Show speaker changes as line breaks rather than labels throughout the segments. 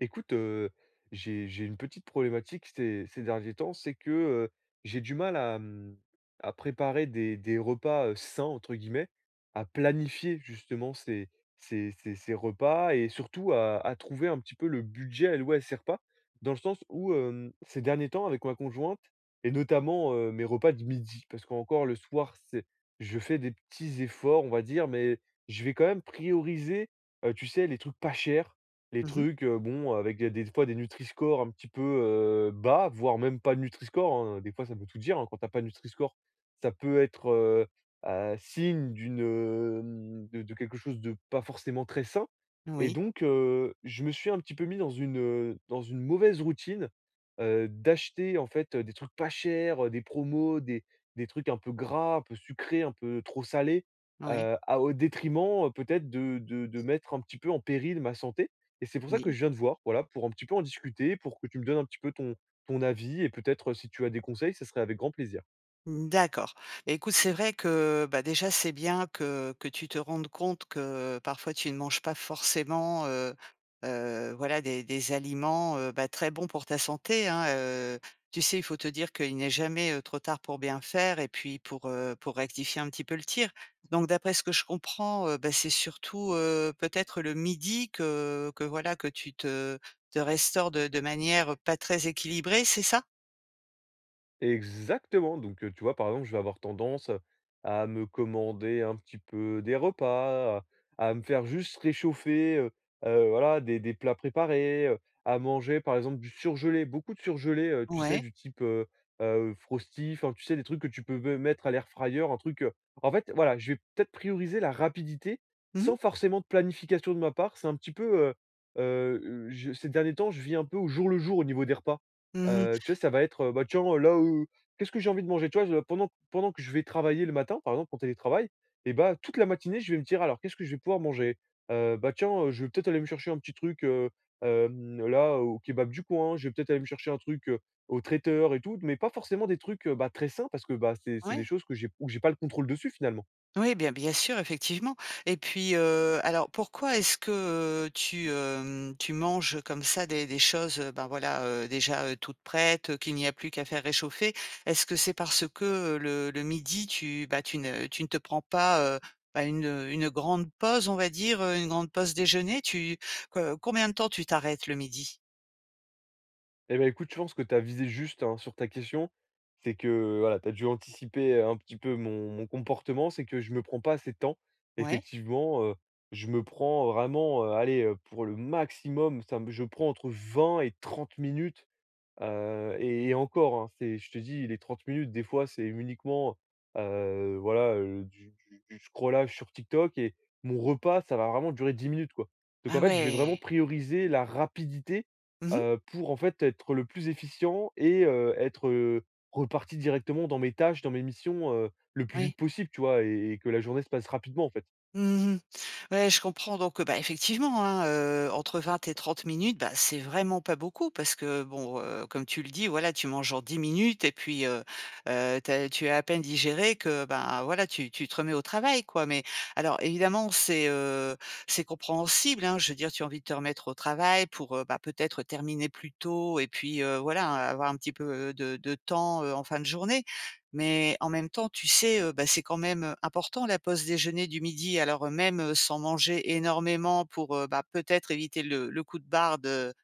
Écoute, j'ai une petite problématique ces derniers temps, c'est que, j'ai du mal à, à préparer des repas, «sains» entre guillemets, à planifier justement ces repas et surtout à trouver un petit peu le budget alloué à ces repas. Dans le sens où, ces derniers temps avec ma conjointe et notamment, mes repas de midi, parce qu'encore le soir, c'est, je fais des petits efforts, on va dire, mais je vais quand même prioriser, tu sais, les trucs pas chers, les
Mmh.
trucs, bon, avec des fois des Nutri-Score un petit peu, bas, voire même pas de Nutri-Score, hein, des fois ça veut tout dire, hein. Quand tu as pas de Nutri-Score, ça peut être, signe d'une, de quelque chose de pas forcément très sain. Et
Oui,
donc je me suis un petit peu mis dans une mauvaise routine, d'acheter en fait, des trucs pas chers, des promos, des trucs un peu gras, un peu sucrés, un peu trop salés,
oui,
à au détriment, peut-être de mettre un petit peu en péril ma santé. Et c'est pour ça que
oui.
je viens te voir, voilà, pour un petit peu en discuter, pour que tu me donnes un petit peu ton avis, et peut-être, si tu as des conseils, ça serait avec grand plaisir.
D'accord. Beh, écoute, c'est vrai que, bah, déjà, c'est bien que tu te rendes compte que parfois tu ne manges pas forcément, voilà, des aliments, bah, très bons pour ta santé, hein. heu. Tu sais, il faut te dire qu'il n'est jamais trop tard pour bien faire et puis pour pour rectifier un petit peu le tir. Donc d'après ce que je comprends, bah, c'est surtout, peut-être le midi que voilà, que tu te restaures de manière pas très équilibrée, c'est ça?
Exactement, donc tu vois, par exemple, je vais avoir tendance à me commander un petit peu des repas, à me faire juste réchauffer, voilà, des plats préparés, à manger, par exemple, du surgelé, beaucoup de surgelé, tu sais,
Ouais.
du type, Frosty, enfin, tu sais, des trucs que tu peux me mettre à l'air fryer, un truc, en fait, voilà, je vais peut-être prioriser la rapidité
Mmh mh.
sans forcément de planification de ma part. C'est un petit peu, je ces derniers temps, je vis un peu au jour le jour au niveau des repas.
Mmh.
Tu vois, ça va être, bah, tiens, là, qu'est-ce que j'ai envie de manger? Tu vois, je pendant que je vais travailler le matin, par exemple, en télétravail, et bah, toute la matinée, je vais me dire: «Alors qu'est-ce que je vais pouvoir manger?» Bah, tiens, je vais peut-être aller me chercher un petit truc, là, au kebab du coin. Je vais peut-être aller me chercher un truc, au traiteur et tout, mais pas forcément des trucs, bah, très sains parce que, bah, c'est des
Ouais.
choses que j'ai où j'ai pas le contrôle dessus, finalement.
Oui, bien sûr, effectivement. Et puis, alors pourquoi est-ce que, tu, tu manges comme ça des choses, ben, voilà, déjà, toutes prêtes, qu'il n'y a plus qu'à faire réchauffer? Est-ce que c'est parce que, le midi tu, bah, tu ne te prends pas, bah, une grande pause, on va dire, une grande pause déjeuner? Tu co combien de temps tu t'arrêtes le midi?
Eh ben écoute, je pense que tu as visé juste, hein, sur ta question. C'est que, voilà, tu as dû anticiper, un petit peu mon comportement. C'est que je me prends pas assez de temps.
Ouais?
Effectivement, je me prends vraiment, allez, pour le maximum, ça me je prends entre 20 et 30 minutes. Et encore, hein, c'est, je te dis, les 30 minutes des fois c'est uniquement, voilà, du scrollage sur TikTok, et mon repas ça va vraiment durer 10 minutes, quoi. Donc en
Ah
fait, je vais vraiment
ouais.
prioriser la rapidité,
Mmh mh.
pour en fait être le plus efficient et être, reparti directement dans mes tâches, dans mes missions, le plus vite
Oui.
possible, tu vois? Et que la journée se passe rapidement, en fait.
Mmh. Ouais, je comprends. Donc, bah, effectivement, hein, entre 20 et 30 minutes, bah, c'est vraiment pas beaucoup parce que bon, comme tu le dis, voilà, tu manges en 10 minutes et puis, tu as à peine digéré que, ben, voilà, tu te remets au travail, quoi. Mais alors évidemment, c'est c'est compréhensible, hein. Je veux dire, tu as envie de te remettre au travail pour, bah, peut-être terminer plus tôt et puis, voilà, avoir un petit peu de temps, en fin de journée. Mais en même temps, tu sais, bah, c'est quand même important, la pause déjeuner du midi. Alors, même, sans manger énormément pour, bah, peut-être éviter le coup de barre de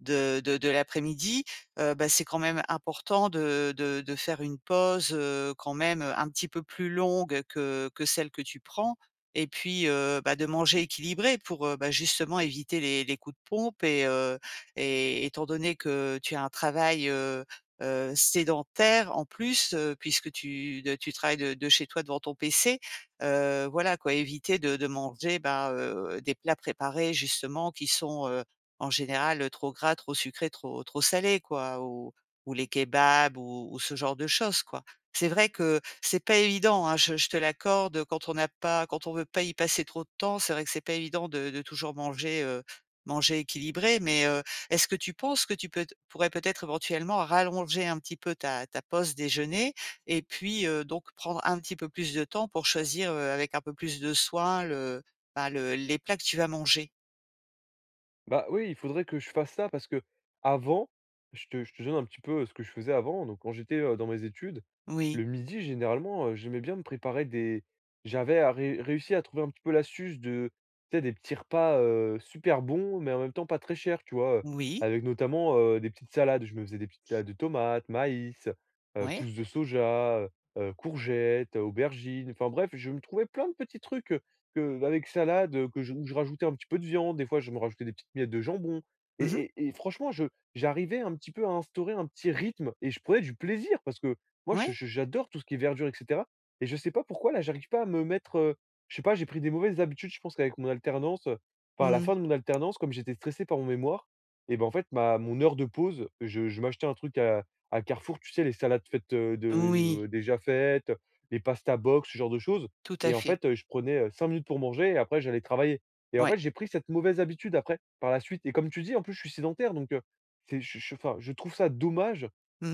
de de de l'après-midi, bah, c'est quand même important de faire une pause, quand même, un petit peu plus longue que celle que tu prends. Et puis, bah, de manger équilibré pour, bah, justement éviter les coups de pompe. Et et étant donné que tu as un travail sédentaire en plus, puisque tu travailles de chez toi devant ton PC, voilà quoi, éviter de manger, bah, des plats préparés justement qui sont, en général, trop gras, trop sucré, trop salé quoi, ou les kebabs ou ce genre de choses quoi. C'est vrai que c'est pas évident, hein, je te l'accorde, quand on n'a pas, quand on veut pas y passer trop de temps, c'est vrai que c'est pas évident de toujours manger manger équilibré. Mais est-ce que tu penses que tu peux pourrais peut-être éventuellement rallonger un petit peu ta pause déjeuner et puis donc prendre un petit peu plus de temps pour choisir, avec un peu plus de soin le, ben, le les plats que tu vas manger?
Bah, oui, il faudrait que je fasse ça, parce que avant je te donne un petit peu, ce que je faisais avant. Donc, quand j'étais, dans mes études, le
Oui,
midi, généralement, j'aimais bien me préparer des j'avais à ré réussi à trouver un petit peu l'astuce de, tu sais, des petits repas, super bons, mais en même temps pas très chers, tu vois?
oui.
Avec notamment, des petites salades. Je me faisais des petites salades de tomates, maïs,
Ouais.
pousses de soja, courgettes, aubergines. Enfin bref, je me trouvais plein de petits trucs, que avec salade, que je où je rajoutais un petit peu de viande, des fois je me rajoutais des petites miettes de jambon, et
Mhm.
et et franchement je j'arrivais un petit peu à instaurer un petit rythme et je prenais du plaisir, parce que moi
Ouais.
je j'adore tout ce qui est verdure, et cetera, et je sais pas pourquoi là j'arrive pas à me mettre, je sais pas, j'ai pris des mauvaises habitudes. Je pense qu'avec mon alternance, enfin à la
Mmh.
fin de mon alternance, comme j'étais stressé par mon mémoire, et ben en fait ma mon heure de pause, je m'achetais un truc à Carrefour, tu sais, les salades faites,
Oui,
déjà faites, les pasta box, ce genre de choses.
tout à
Et en
fait.
fait, je prenais, 5 minutes pour manger et après j'allais travailler, et en
Ouais.
fait, j'ai pris cette mauvaise habitude après, par la suite, et comme tu dis, en plus, je suis sédentaire, donc c'est je enfin, je trouve ça dommage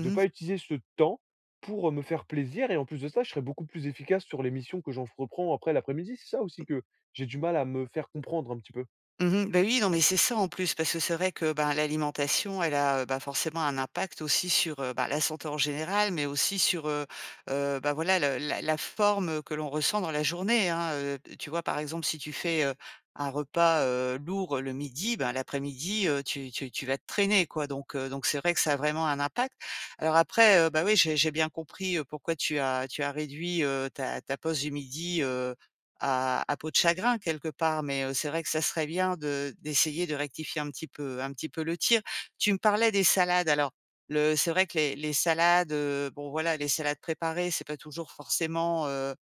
de ne pas utiliser ce temps pour, me faire plaisir, et en plus de ça, je serais beaucoup plus efficace sur les missions que j'en reprends après l'après-midi. C'est ça aussi que j'ai du mal à me faire comprendre un petit peu.
Mmh mh. Bah, oui, non, mais c'est ça en plus, parce que c'est vrai que, ben, l'alimentation, elle a, bah, forcément un impact aussi sur, bah, la santé en général, mais aussi sur bah, voilà, le la forme, que l'on ressent dans la journée, hein, tu vois? Par exemple, si tu fais un repas lourd le midi, ben, l'après-midi, tu tu vas te traîner, quoi. Donc donc, c'est vrai que ça a vraiment un impact. Alors après, bah, oui, j'ai bien compris pourquoi tu as réduit ta pause du midi à peau de chagrin quelque part, mais c'est vrai que ça serait bien de d'essayer de rectifier un petit peu le tir. Tu me parlais des salades alors, le c'est vrai que les salades, bon voilà, les salades préparées, c'est pas toujours forcément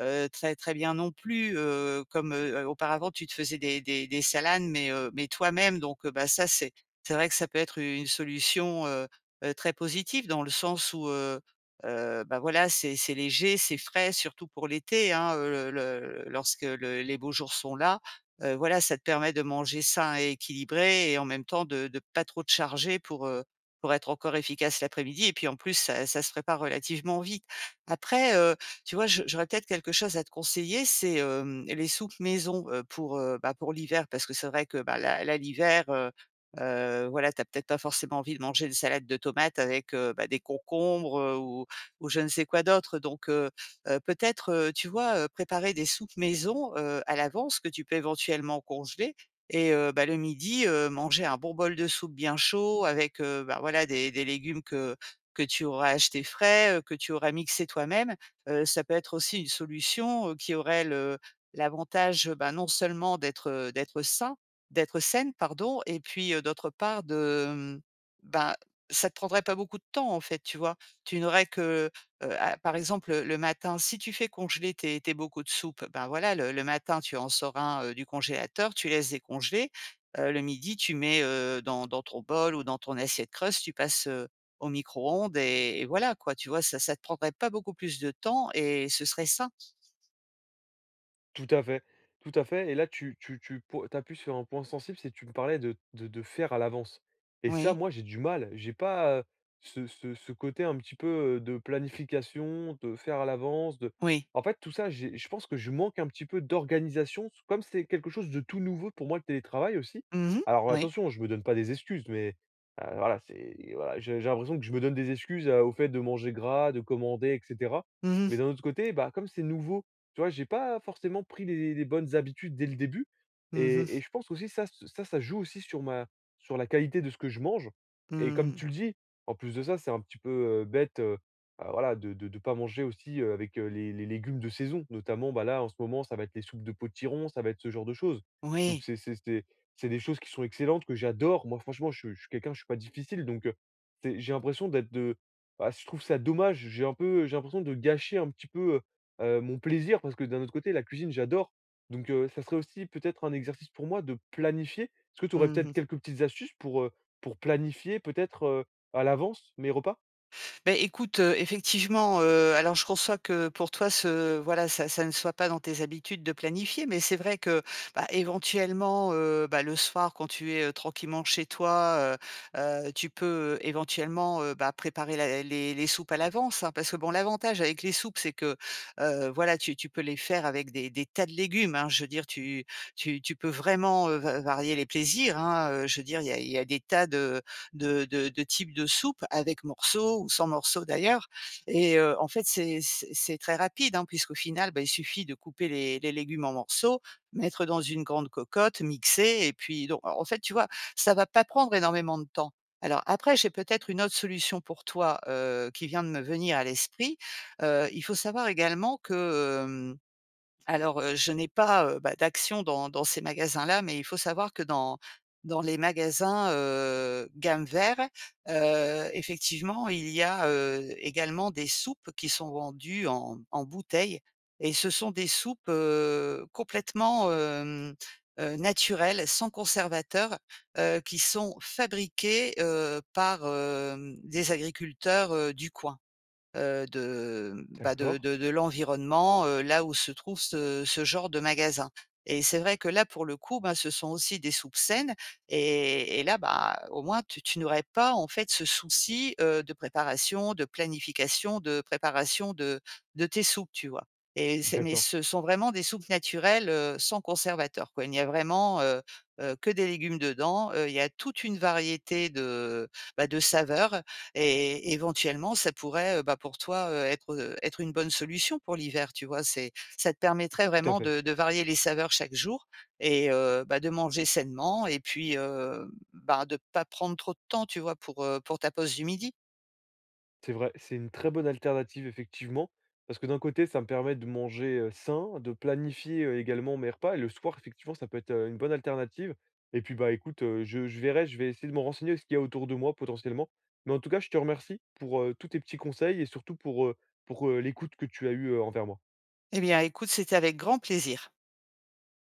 très, très bien non plus. Heu, comme auparavant tu te faisais des salades mais, mais toi-même, donc, bah, ça c'est vrai que ça peut être une solution très positive, dans le sens où, bah, voilà, c'est léger, c'est frais, surtout pour l'été, hein, le lorsque le les beaux jours sont là, voilà, ça te permet de manger sain et équilibré et en même temps de pas trop te charger pour pour être encore efficace l'après-midi. Et puis, en plus, ça se prépare relativement vite. Après, tu vois, je j'aurais peut-être quelque chose à te conseiller, c'est, les soupes maison, pour, bah, pour l'hiver parce que c'est vrai que, bah, là, l'hiver voilà, t'as peut-être pas forcément envie de manger une salade de tomates avec, bah, des concombres, ou je ne sais quoi d'autre. Donc peut-être, tu vois, préparer des soupes maison à l'avance que tu peux éventuellement congeler. Et, bah, le midi, manger un bon bol de soupe bien chaud avec, bah, voilà, des légumes que tu auras achetés frais, que tu auras mixé toi-même. Ça peut être aussi une solution, qui aurait le l'avantage, bah, non seulement d'être d'être sain, d'être saine pardon, et puis d'autre part de, mmh, ben, ça te prendrait pas beaucoup de temps en fait, tu vois? Tu n'aurais que, ah, par exemple, le matin, si tu fais congeler tes bocaux de soupe, ben, voilà, le matin, tu en sors un, du congélateur, tu laisses décongeler. Le midi, tu mets dans ton bol ou dans ton assiette creuse, tu passes au micro-ondes et voilà, quoi, tu vois? Ça te prendrait pas beaucoup plus de temps et ce serait sain.
Tout à fait, tout à fait, et là tu appuies sur un point sensible, c'est que tu me parlais de faire à l'avance, et ça,
Oui,
moi, j'ai du mal. J'ai pas, ce côté un petit peu, de planification, de faire à l'avance, de
oui.
en fait, tout ça, j'ai je pense que je manque un petit peu d'organisation. Comme c'est quelque chose de tout nouveau pour moi, le télétravail aussi.
Mmh.
Alors
Oui.
attention, je me donne pas des excuses, mais, voilà, c'est voilà, j'ai l'impression que je me donne des excuses, au fait de manger gras, de commander, et cetera.
Mmh
Mais
mh.
d'un autre côté, bah, comme c'est nouveau, tu vois, j'ai pas forcément pris les bonnes habitudes dès le début, et
Mmh.
je pense aussi ça s ça ça joue aussi sur ma sur la qualité de ce que je mange, et comme
Mmh.
tu le dis, en plus de ça, c'est un petit peu, bête, bah, voilà, de pas manger aussi, avec, les légumes de saison. Notamment, bah, là, en ce moment, ça va être les soupes de potiron, ça va être ce genre de choses. Donc
Oui.
c'est des choses qui sont excellentes, que j'adore. Moi, franchement, je suis quelqu'un, je suis pas difficile, donc, c'est j'ai l'impression d'être de bah, je trouve ça dommage. J'ai l'impression de gâcher un petit peu, mon plaisir, parce que d'un autre côté la cuisine j'adore, donc ça serait aussi peut-être un exercice pour moi de planifier. Est-ce que tu aurais peut-être
Mmh.
quelques petites astuces pour, planifier peut-être, à l'avance mes repas?
Beh, écoute, effectivement, alors je conçois que pour toi ce voilà, ça ne soit pas dans tes habitudes de planifier, mais c'est vrai que, bah, éventuellement, bah, le soir quand tu es tranquillement chez toi heu tu peux éventuellement, bah, préparer la les soupes à l'avance, hein. Parce que bon, l'avantage avec les soupes, c'est que, voilà, tu tu peux les faire avec des tas de légumes, hein. Je veux dire, tu peux vraiment va varier les plaisirs, hein, je veux dire, il y a des tas de, de types de soupes avec morceaux ou sans morceaux d'ailleurs. Et en fait, c'est c'est très rapide, hein, puisqu'au final, bah, il suffit de couper les légumes en morceaux, mettre dans une grande cocotte, mixer et puis donc en fait, tu vois, ça va pas prendre énormément de temps. Alors après, j'ai peut-être une autre solution pour toi, qui vient de me venir à l'esprit. Il faut savoir également que, alors, je n'ai pas, bah, d'actions dans ces magasins-là, mais il faut savoir que dans les magasins gamme vert, effectivement, il y a également des soupes qui sont vendues en bouteille. Et ce sont des soupes complètement naturelles, sans conservateur, qui sont fabriquées par, des agriculteurs du coin, de, mmh, bah,
D'accord,
de l'environnement, là où se trouve ce genre de magasin. Et c'est vrai que là, pour le coup, ben, ce sont aussi des soupes saines. Et là, bah, au moins tu n'aurais pas, en fait, ce souci de préparation, de planification, de préparation de tes soupes, tu vois? Et c'est, mais
d'accord,
ce sont vraiment des soupes naturelles, sans conservateur, quoi. Il n'y a vraiment que des légumes dedans, il y a toute une variété de, bah, de saveurs. Et éventuellement, ça pourrait, bah, pour toi, être, être une bonne solution pour l'hiver, tu vois? C'est Ça te permettrait
tout à
vraiment
fait.
de varier les saveurs chaque jour et, bah, de manger sainement. Et puis, bah, de pas prendre trop de temps, tu vois, pour ta pause du midi.
C'est vrai, c'est une très bonne alternative, effectivement, parce que d'un côté, ça me permet de manger, sain, de planifier, également mes repas, et le soir, effectivement, ça peut être, une bonne alternative. Et puis, bah, écoute, je verrai, je vais essayer de me renseigner ce qu'il y a autour de moi potentiellement. Mais en tout cas, je te remercie pour, tous tes petits conseils, et surtout pour, l'écoute que tu as eue, envers moi.
Eh bien, écoute, c'était avec grand plaisir.